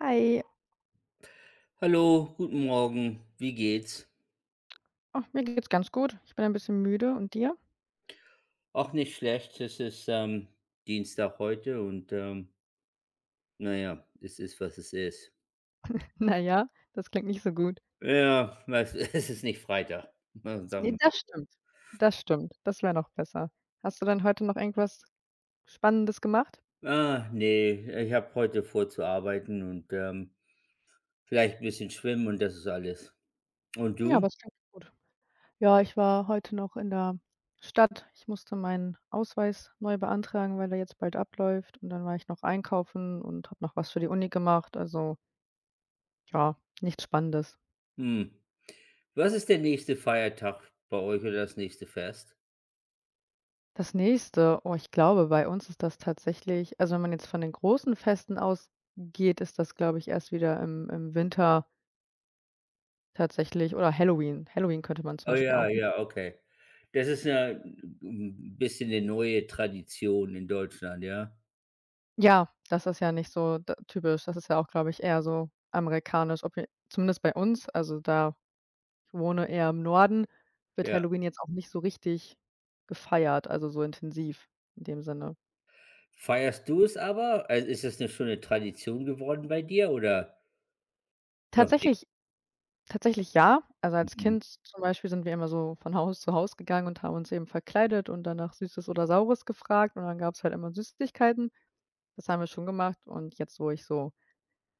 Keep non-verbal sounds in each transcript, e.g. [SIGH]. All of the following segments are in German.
Hi, Hallo, guten Morgen. Wie geht's? ach, mir geht's ganz gut. Ich bin ein bisschen müde und dir? Auch nicht schlecht. Es ist Dienstag heute und naja, es ist, was es ist. [LAUGHS] Na ja, das klingt nicht so gut. Ja, was, [LAUGHS] es ist nicht Freitag. [LAUGHS] Na, sagen Ne, das wir. stimmt. Das stimmt. Das wäre noch besser. Hast du denn heute noch irgendwas Spannendes gemacht? Ah, nee, ich habe heute vor zu arbeiten und vielleicht ein bisschen schwimmen und das ist alles. Und Ja, du? was? Klingt gut. Ja, ich war heute noch in der Stadt. Ich musste meinen Ausweis neu beantragen, weil der jetzt bald abläuft, und dann war ich noch einkaufen und habe noch was für die Uni gemacht. Also, ja, nichts Spannendes. Hm. Was ist der nächste Feiertag bei euch oder das nächste Fest? Das nächste, oh, ich glaube, bei uns ist das tatsächlich, also, wenn man jetzt von den großen Festen ausgeht, ist das, glaube ich, erst wieder im Winter tatsächlich, oder Halloween. Halloween könnte man zum Oh Beispiel ja, auch. ja, okay. Das ist ja ein bisschen eine neue Tradition in Deutschland, ja? Ja, das ist ja nicht so d typisch. Das ist ja auch, glaube ich, eher so amerikanisch, ob je zumindest bei uns, also da, ich wohne eher im Norden, wird Ja. Halloween jetzt auch nicht so richtig gefeiert, also so intensiv in dem Sinne. Feierst du es aber? Also, ist das 'ne schöne Tradition geworden bei dir oder noch nicht? Tatsächlich Tatsächlich ja. Also, als Mhm. Kind zum Beispiel sind wir immer so von Haus zu Haus gegangen und haben uns eben verkleidet und dann nach Süßes oder Saures gefragt, und dann gab es halt immer Süßigkeiten. Das haben wir schon gemacht, und jetzt, wo ich so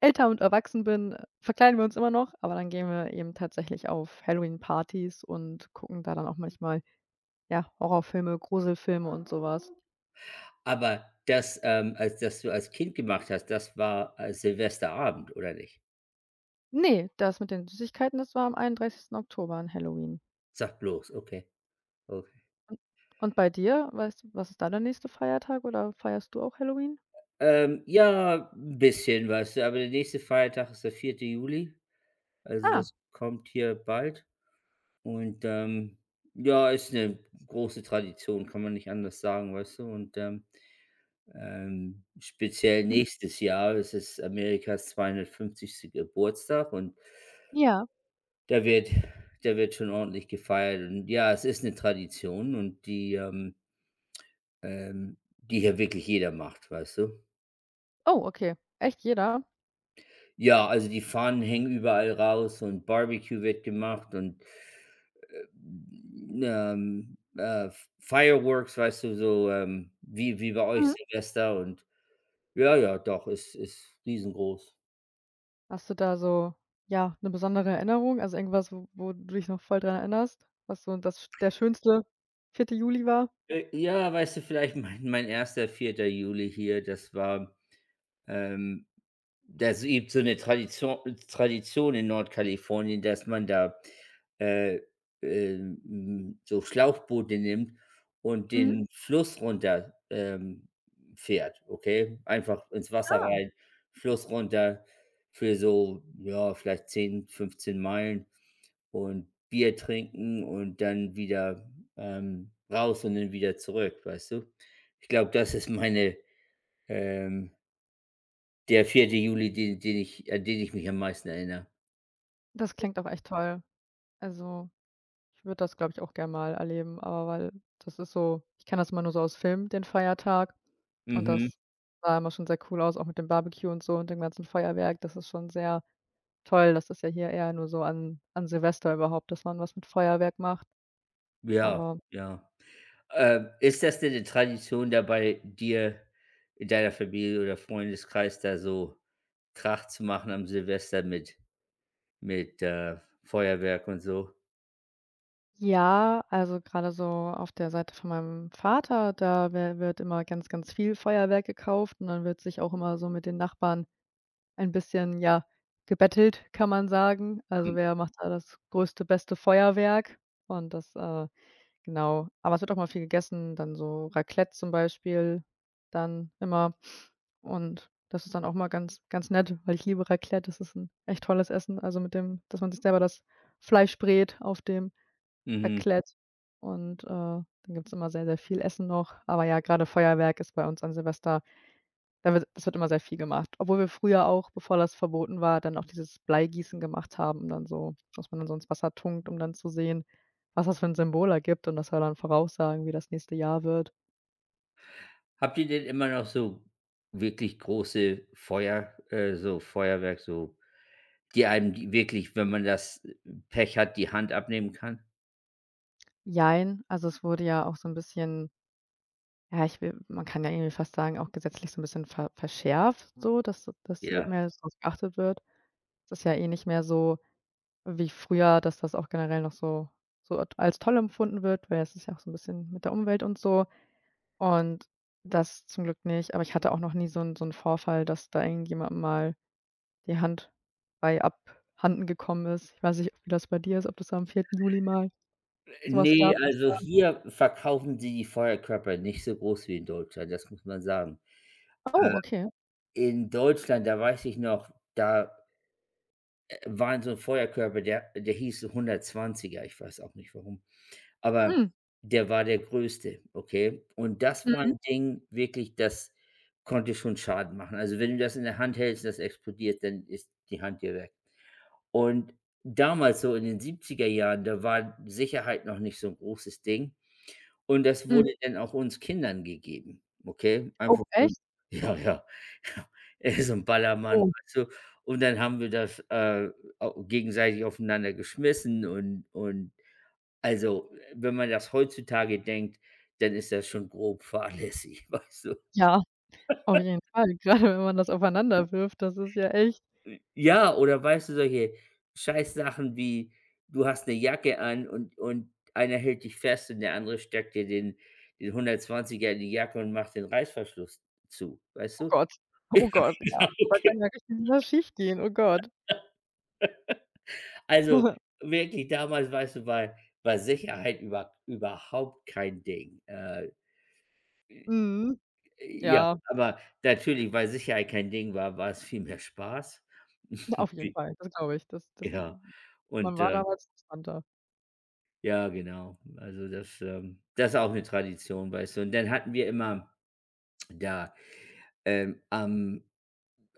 älter und erwachsen bin, verkleiden wir uns immer noch, aber dann gehen wir eben tatsächlich auf Halloween-Partys und gucken da dann auch manchmal, ja, Horrorfilme, Gruselfilme und sowas. Was. Aber das, als das du als Kind gemacht hast, das war, Silvesterabend, oder nicht? Ne, das mit den Süßigkeiten, das war am 31. Oktober an Halloween. Sag bloß, okay, okay. Und bei dir? Weißt du, was ist da der nächste Feiertag, oder feierst du auch Halloween? Ja, 'n bisschen, weißt du, aber der nächste Feiertag ist der vierte Juli, also Ah, das kommt hier bald und, ja, ist 'ne große Tradition, kann man nicht anders sagen, weißt du? Und, speziell mhm. nächstes Jahr ist es Amerikas 250. Geburtstag und Ja. da wird da wird schon ordentlich gefeiert, und ja, es ist eine Tradition, und die hier wirklich jeder macht, weißt du? Oh, okay. Echt jeder? Ja, also die Fahnen hängen überall raus und Barbecue wird gemacht und, ähm, äh, Fireworks, weißt du, so, wie bei euch Mhm. Silvester, und ja, ja, doch, ist riesengroß. Hast du da so, ja, eine besondere Erinnerung? Also, irgendwas, wo du dich noch voll dran erinnerst, was so das sch der schönste 4. Juli war? Ja, weißt du, vielleicht mein erster vierter Juli hier, das war, ähm das gibt so eine Tradition in Nordkalifornien, dass man da, äh, so Schlauchboote nimmt und Mhm. den Fluss runter, fährt, okay? Einfach ins Wasser Ah. rein, Fluss runter für so, ja, vielleicht 10 bis 15 Meilen und Bier trinken und dann wieder, raus und dann wieder zurück, weißt du? Ich glaube, das ist meine, ähm der vierte Juli, den ich mich am meisten erinnere. Das klingt auch echt toll. Also, ich würde das, glaube ich, auch gern mal erleben, aber weil, das ist so, ich kenne das immer nur so aus Filmen, den Feiertag, und Mhm. das sah immer schon sehr cool aus, auch mit dem Barbecue und so und dem ganzen Feuerwerk. Das ist schon sehr toll. Das ist ja hier eher nur so an Silvester überhaupt, dass man was mit Feuerwerk macht, Ja, aber... ja. Ist das denn 'ne Tradition da bei dir in deiner Familie oder Freundeskreis, da so Krach zu machen am Silvester mit Feuerwerk und so? Ja, also gerade so auf der Seite von meinem Vater, da wer wird immer ganz, ganz viel Feuerwerk gekauft, und dann wird sich auch immer so mit den Nachbarn ein bisschen, ja, gebettelt, kann man sagen. Also, Hm. wer macht da das größte, beste Feuerwerk, und das, genau. Aber es wird auch mal viel gegessen, dann so Raclette zum Beispiel dann immer. Und das ist dann auch mal ganz ganz nett, weil ich liebe Raclette. Das ist ein echt tolles Essen, also mit dem, dass man sich selber das Fleisch brät auf dem Mhm. Raclette, und, dann gibt's immer sehr, sehr viel Essen noch. Aber ja, grade Feuerwerk ist bei uns an Silvester, da wird das wird immer sehr viel gemacht. Obwohl wir früher auch, bevor das verboten war, dann auch dieses Bleigießen gemacht haben, und dann so, dass man dann so ins Wasser tunkt, um dann zu sehen, was das für 'n Symbol ergibt, und das soll dann voraussagen, wie das nächste Jahr wird. Habt ihr denn immer noch so wirklich große Feuer so Feuerwerk, so die einem die wirklich, wenn man das Pech hat, die Hand abnehmen kann? Jein, also es wurde ja auch so 'n bisschen, ja, ich will, man kann ja irgendwie fast sagen, auch gesetzlich so 'n bisschen verschärft, so, dass hier Ja. mehr drauf geachtet wird. Es ist ja eh nicht mehr so wie früher, dass das auch generell noch so als toll empfunden wird, weil es ist ja auch so ein bisschen mit der Umwelt und so, und das zum Glück nicht. Aber ich hatte auch noch nie so 'n Vorfall, dass da irgendjemandem mal die Hand bei abhanden gekommen ist. Ich weiß nicht, wie das bei dir ist, ob das am 4. Juli mal so was Nee, gab, dass... also hier verkaufen sie die Feuerkörper nicht so groß wie in Deutschland, das muss man sagen. Äh, Oh, okay. in Deutschland, da weiß ich noch, da, waren so 'n Feuerkörper, der hieß 120er, ich weiß auch nicht warum, aber Mhm. der war der größte, okay? Und das war Mhm, 'n Ding wirklich, das konnte schon Schaden machen. Also, wenn du das in der Hand hältst, das explodiert, dann ist die Hand dir weg. Und damals so in den 70er Jahren, da war Sicherheit noch nicht so 'n großes Ding. Und das mhm. wurde dann auch uns Kindern gegeben, okay? Oh, Einfach so, echt? ja, ja, [LAUGHS] ja. So 'n Ballermann, Oh, weißt du? Und dann haben wir das, au gegenseitig aufeinander geschmissen, und also, wenn man das heutzutage denkt, dann ist das schon grob fahrlässig, [LAUGHS] weißt du? ja, auf jeden Fall. [LAUGHS] Gerade wenn man das aufeinander wirft, das ist ja echt... Ja, oder weißt du, solche Scheißsachen wie: du hast eine Jacke an, und einer hält dich fest, und der andere steckt dir den 120er in die Jacke und macht den Reißverschluss zu, weißt Oh du? [LAUGHS] Gott, Ja, oh Gott, ja. genau, Da okay. kann ja richtig was schiefgehen, oh Gott. Also, [LAUGHS] wirklich damals, weißt du, war Sicherheit überhaupt kein Ding. Mhm. Ja, Ja, aber natürlich, weil Sicherheit kein Ding war, war es viel mehr Spaß. auf [LAUGHS] jeden Fall, das glaube ich. Das das Ja. Man Und, war damals entspannter. ja, genau. Also, das, das ist auch eine Tradition, weißt du? Und dann hatten wir immer da, ähm, am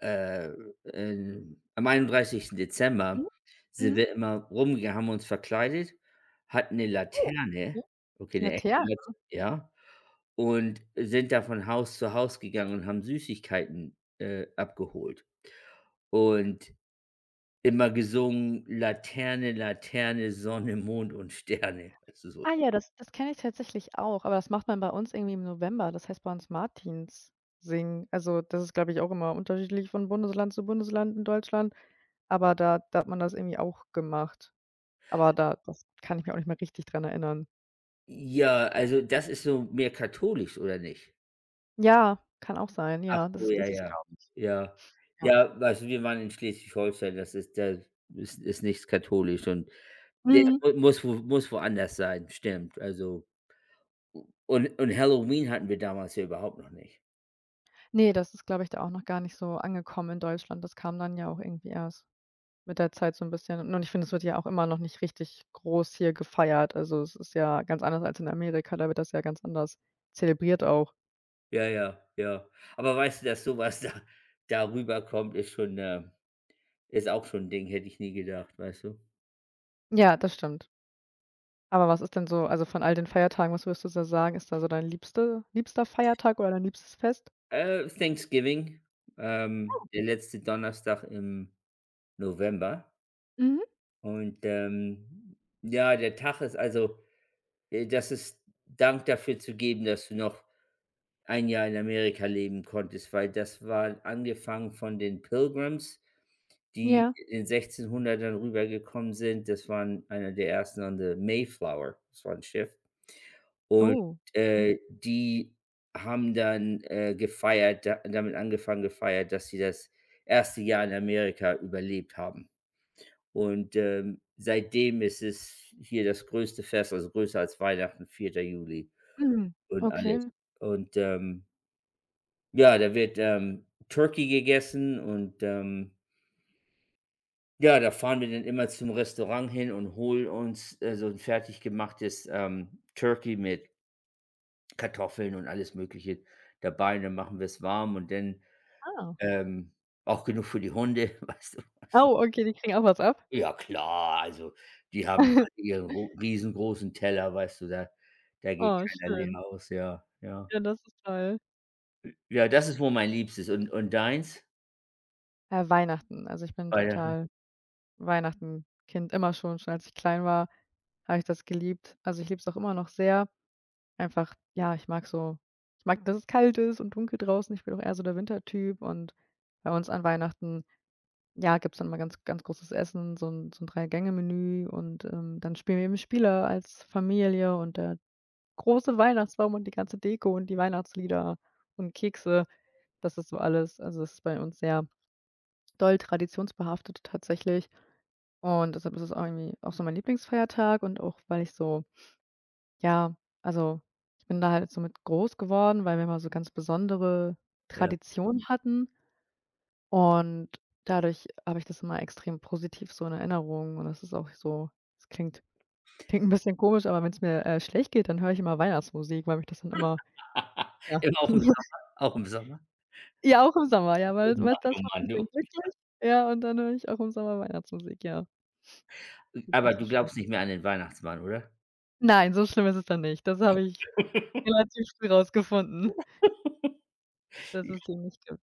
äh, am einunddreißigsten Mhm, Dezember sind mhm. wir immer rumgegangen, haben uns verkleidet, hatten eine Oh, Laterne, mhm. okay, eine echte Laternen. Laterne, ja, und sind da von Haus zu Haus gegangen und haben Süßigkeiten, abgeholt und immer gesungen: „Laterne, Laterne, Sonne, Mond und Sterne", also so. Ah ja, das kenne ich tatsächlich auch, aber das macht man bei uns irgendwie im November. Das heißt bei uns Martins. Also, das ist, glaube ich, auch immer unterschiedlich von Bundesland zu Bundesland in Deutschland, aber da hat man das irgendwie auch gemacht. Aber da das kann ich mich auch nicht mehr richtig dran erinnern. Ja, also das ist so mehr katholisch, oder nicht? Ja, kann auch sein. Ach Ja, das so, ist ja, richtig, ja. glaube ich. Ja. Ja. Ja, weißt du, wir waren in Schleswig-Holstein, das ist da ist ist nichts katholisch, und das Mhm. mu muss wo muss woanders sein, stimmt. Also, und Halloween hatten wir damals ja überhaupt noch nicht. Ne, das ist, glaube ich, da auch noch gar nicht so angekommen in Deutschland. Das kam dann ja auch irgendwie erst. Mit der Zeit so 'n bisschen, und ich finde, es wird ja auch immer noch nicht richtig groß hier gefeiert. Also, es ist ja ganz anders als in Amerika, da wird das ja ganz anders zelebriert auch. Ja, ja, ja. Aber weißt du, dass sowas da darüber kommt, ist auch schon 'n Ding, hätte ich nie gedacht, weißt du? Ja, das stimmt. Aber was ist denn so, also, von all den Feiertagen, was würdest du so sagen, ist da so dein liebster Feiertag oder dein liebstes Fest? Thanksgiving, der letzte Donnerstag im November Mhm, und, ja, der Tag ist also das ist Dank dafür zu geben, dass du noch ein Jahr in Amerika leben konntest, weil das war angefangen von den Pilgrims, die ja. in den 1600ern rübergekommen sind. Das waren einer der ersten an der Mayflower, das war ein Schiff. Und, Oh, okay. Die haben dann, gefeiert da damit angefangen gefeiert, dass sie das erste Jahr in Amerika überlebt haben. Und, seitdem ist es hier das größte Fest, also größer als Weihnachten, vierter Juli. Mhm. Und alles. Okay. Und, ja, da wird, Turkey gegessen und, ja, da fahren wir dann immer zum Restaurant hin und holen uns, so ein fertig gemachtes, Turkey mit Kartoffeln und alles Mögliche dabei, und dann machen wir es warm und dann, Ah. ähm, auch genug für die Hunde, [LAUGHS] weißt du? Oh, okay, die kriegen auch was ab? Ja klar, also, die haben alle [LAUGHS] ihren ro riesengroßen Teller, weißt du, da geht Oh, keiner leer schön. aus, ja, ja. Ja, das ist toll. Ja, das ist wohl mein Liebstes. und deins? Weihnachten. Also, ich bin Weihnachten? total Weihnachten-Kind immer schon, schon als ich klein war. Habe ich das geliebt. Also, ich liebe es auch immer noch sehr. Einfach, ja, ich mag, dass es kalt ist und dunkel draußen. Ich bin auch eher so der Wintertyp, und bei uns an Weihnachten, ja, gibt es dann mal ganz ganz großes Essen, so ein, Drei-Gänge-Menü, und, dann spielen wir eben Spiele als Familie und der große Weihnachtsbaum und die ganze Deko und die Weihnachtslieder und Kekse. Das ist so alles, also, es ist bei uns sehr doll traditionsbehaftet tatsächlich, und deshalb ist es auch irgendwie auch so mein Lieblingsfeiertag, und auch, weil ich so... Ja, also, ich bin da halt so mit groß geworden, weil wir immer so ganz besondere Ja. Traditionen hatten, und dadurch habe ich das immer extrem positiv so in Erinnerung, und das ist auch so, es klingt 'n bisschen komisch, aber wenn es mir, schlecht geht, dann höre ich immer Weihnachtsmusik, weil mich das dann immer... [LAUGHS] Ja. Immer auch im [LAUGHS] auch im Sommer? Ja, auch im Sommer, ja, weil weil das Oh macht Mann, mich du. dann glücklich. Ja, und dann höre ich auch im Sommer Weihnachtsmusik, ja, Aber du tatsächlich schon. glaubst nicht mehr an den Weihnachtsmann, oder? Nein, so schlimm ist es dann nicht. Das habe ich [LAUGHS] relativ früh rausgefunden, dass es den nicht gibt.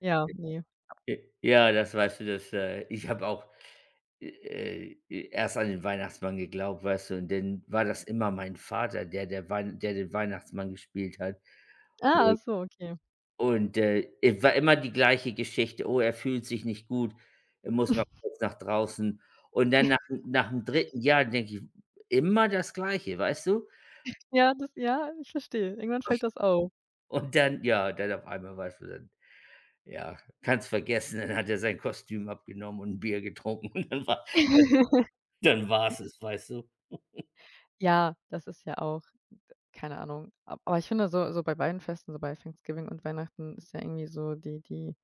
Ja, nee. J ja, das weißt du, ich habe auch, erst an den Weihnachtsmann geglaubt, weißt du, und dann war das immer mein Vater, der den Weihnachtsmann gespielt hat. Ah, So. ach so, okay. Und, es war immer die gleiche Geschichte: „Oh, er fühlt sich nicht gut, er muss mal kurz nach draußen." Und dann nach dem dritten Jahr denke ich immer das Gleiche, weißt du? Ja, das, ja, ich verstehe. Irgendwann fällt das auf. Und dann, ja, dann auf einmal warst du dann, ja, kannst vergessen, dann hat er sein Kostüm abgenommen und ein Bier getrunken [LAUGHS] und dann war [LAUGHS] dann [LAUGHS] dann war's es, weißt du? Ja, das ist ja auch, keine Ahnung. A Aber ich finde so bei beiden Festen, so bei Thanksgiving und Weihnachten, ist ja irgendwie so die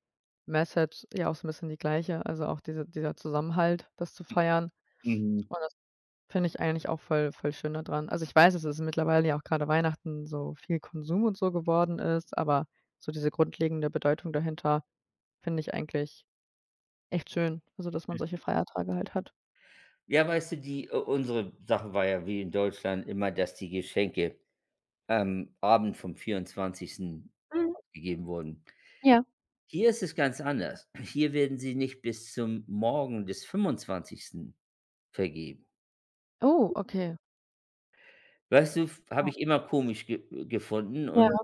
Message ja auch so 'n bisschen die gleiche, also auch dieser Zusammenhalt, das zu feiern. Mhm. Und das finde ich eigentlich auch voll voll schön da dran. Also, ich weiß, dass es mittlerweile ja auch grade Weihnachten so viel Konsum und so geworden ist, aber so diese grundlegende Bedeutung dahinter finde ich eigentlich echt schön, also dass man solche Feiertage halt hat. Ja, weißt du, die u unsere Sache war ja wie in Deutschland immer, dass die Geschenke am Abend vom 24. abgegeben wurden. Ja. Hier ist es ganz anders. Hier werden sie nicht bis zum Morgen des 25. vergeben. Oh, okay. Weißt du, habe Ah. ich immer komisch ge gefunden, Ja. und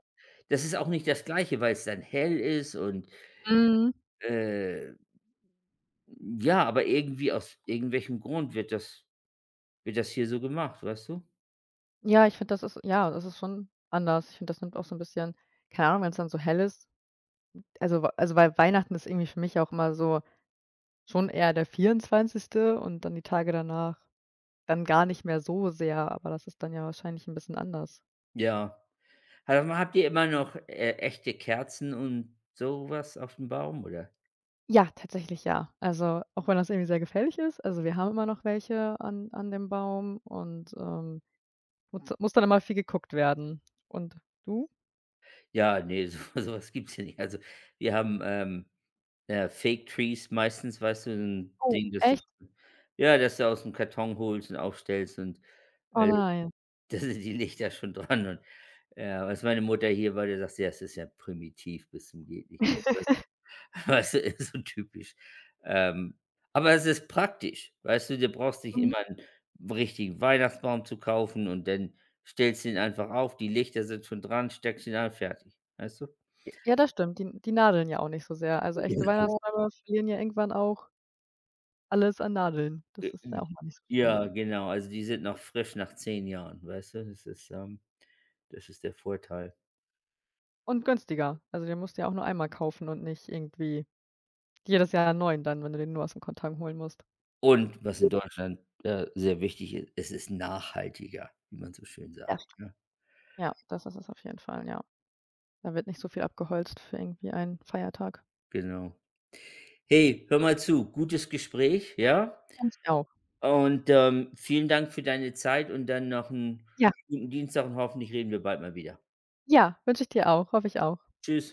das ist auch nicht das Gleiche, weil es dann hell ist Mhm. Äh, ja, aber irgendwie aus irgendwelchem Grund wird das hier so gemacht, weißt du? Ja, ich finde, das ist ja, das ist schon anders. Ich finde, das nimmt auch so 'n bisschen, keine Ahnung, wenn's dann so hell ist. Also, wei also, weil Weihnachten ist irgendwie für mich auch immer so schon eher der 24. und dann die Tage danach dann gar nicht mehr so sehr, aber das ist dann ja wahrscheinlich 'n bisschen anders. Ja. Sag mal, habt ihr immer noch, echte Kerzen und sowas auf dem Baum, oder? Ja, tatsächlich ja. Also, auch wenn das irgendwie sehr gefährlich ist. Also, wir haben immer noch welche an dem Baum, und, muss dann immer viel geguckt werden. Und du? Ja, ne, so [LAUGHS] so gibt's hier nicht. Also, wir haben, Fake Trees meistens, weißt du, so ein Oh, Ding, das du echt? [LAUGHS] ja, das du aus dem Karton holst und aufstellst und, Oh äh, [LAUGHS] nein. da sind die Lichter schon dran, und ja, was meine Mutter hier war, die sagt: „Ja, es ist ja primitiv bis zum geht nicht mehr." [LAUGHS] [LAUGHS] Weißt du, ist so typisch. Ähm, aber es ist praktisch, weißt du, du brauchst nicht Mhm. immer einen richtigen Weihnachtsbaum zu kaufen, und dann stellst du ihn einfach auf, die Lichter sind schon dran, steckst ihn an, fertig, weißt du? [LAUGHS] Ja, das stimmt. Die nadeln ja auch nicht so sehr. Also, echte Genau. Weihnachtsbäume verlieren ja irgendwann auch alles an Nadeln. Das ist ja J auch mal nicht so schön. Ja, genau, also die sind noch frisch nach 10 Jahren, weißt du? Das ist der Vorteil. Und günstiger. Also, den musst du ja auch nur einmal kaufen und nicht irgendwie jedes Jahr 'n neuen dann, wenn du den nur aus'm Kontergan holen musst. Und was in Deutschland, sehr wichtig ist, es ist nachhaltiger, wie man so schön sagt, Das st ne? Ja, das ist es auf jeden Fall, ja. Da wird nicht so viel abgeholzt für irgendwie einen Feiertag. Genau. Hey, hör mal zu, gutes Gespräch, ja? Wünsche ich auch. Und, vielen Dank für deine Zeit und dann noch einen Ja, guten Dienstag, und hoffentlich reden wir bald mal wieder. ja, wünsche ich dir auch. Hoffe ich auch. Tschüss.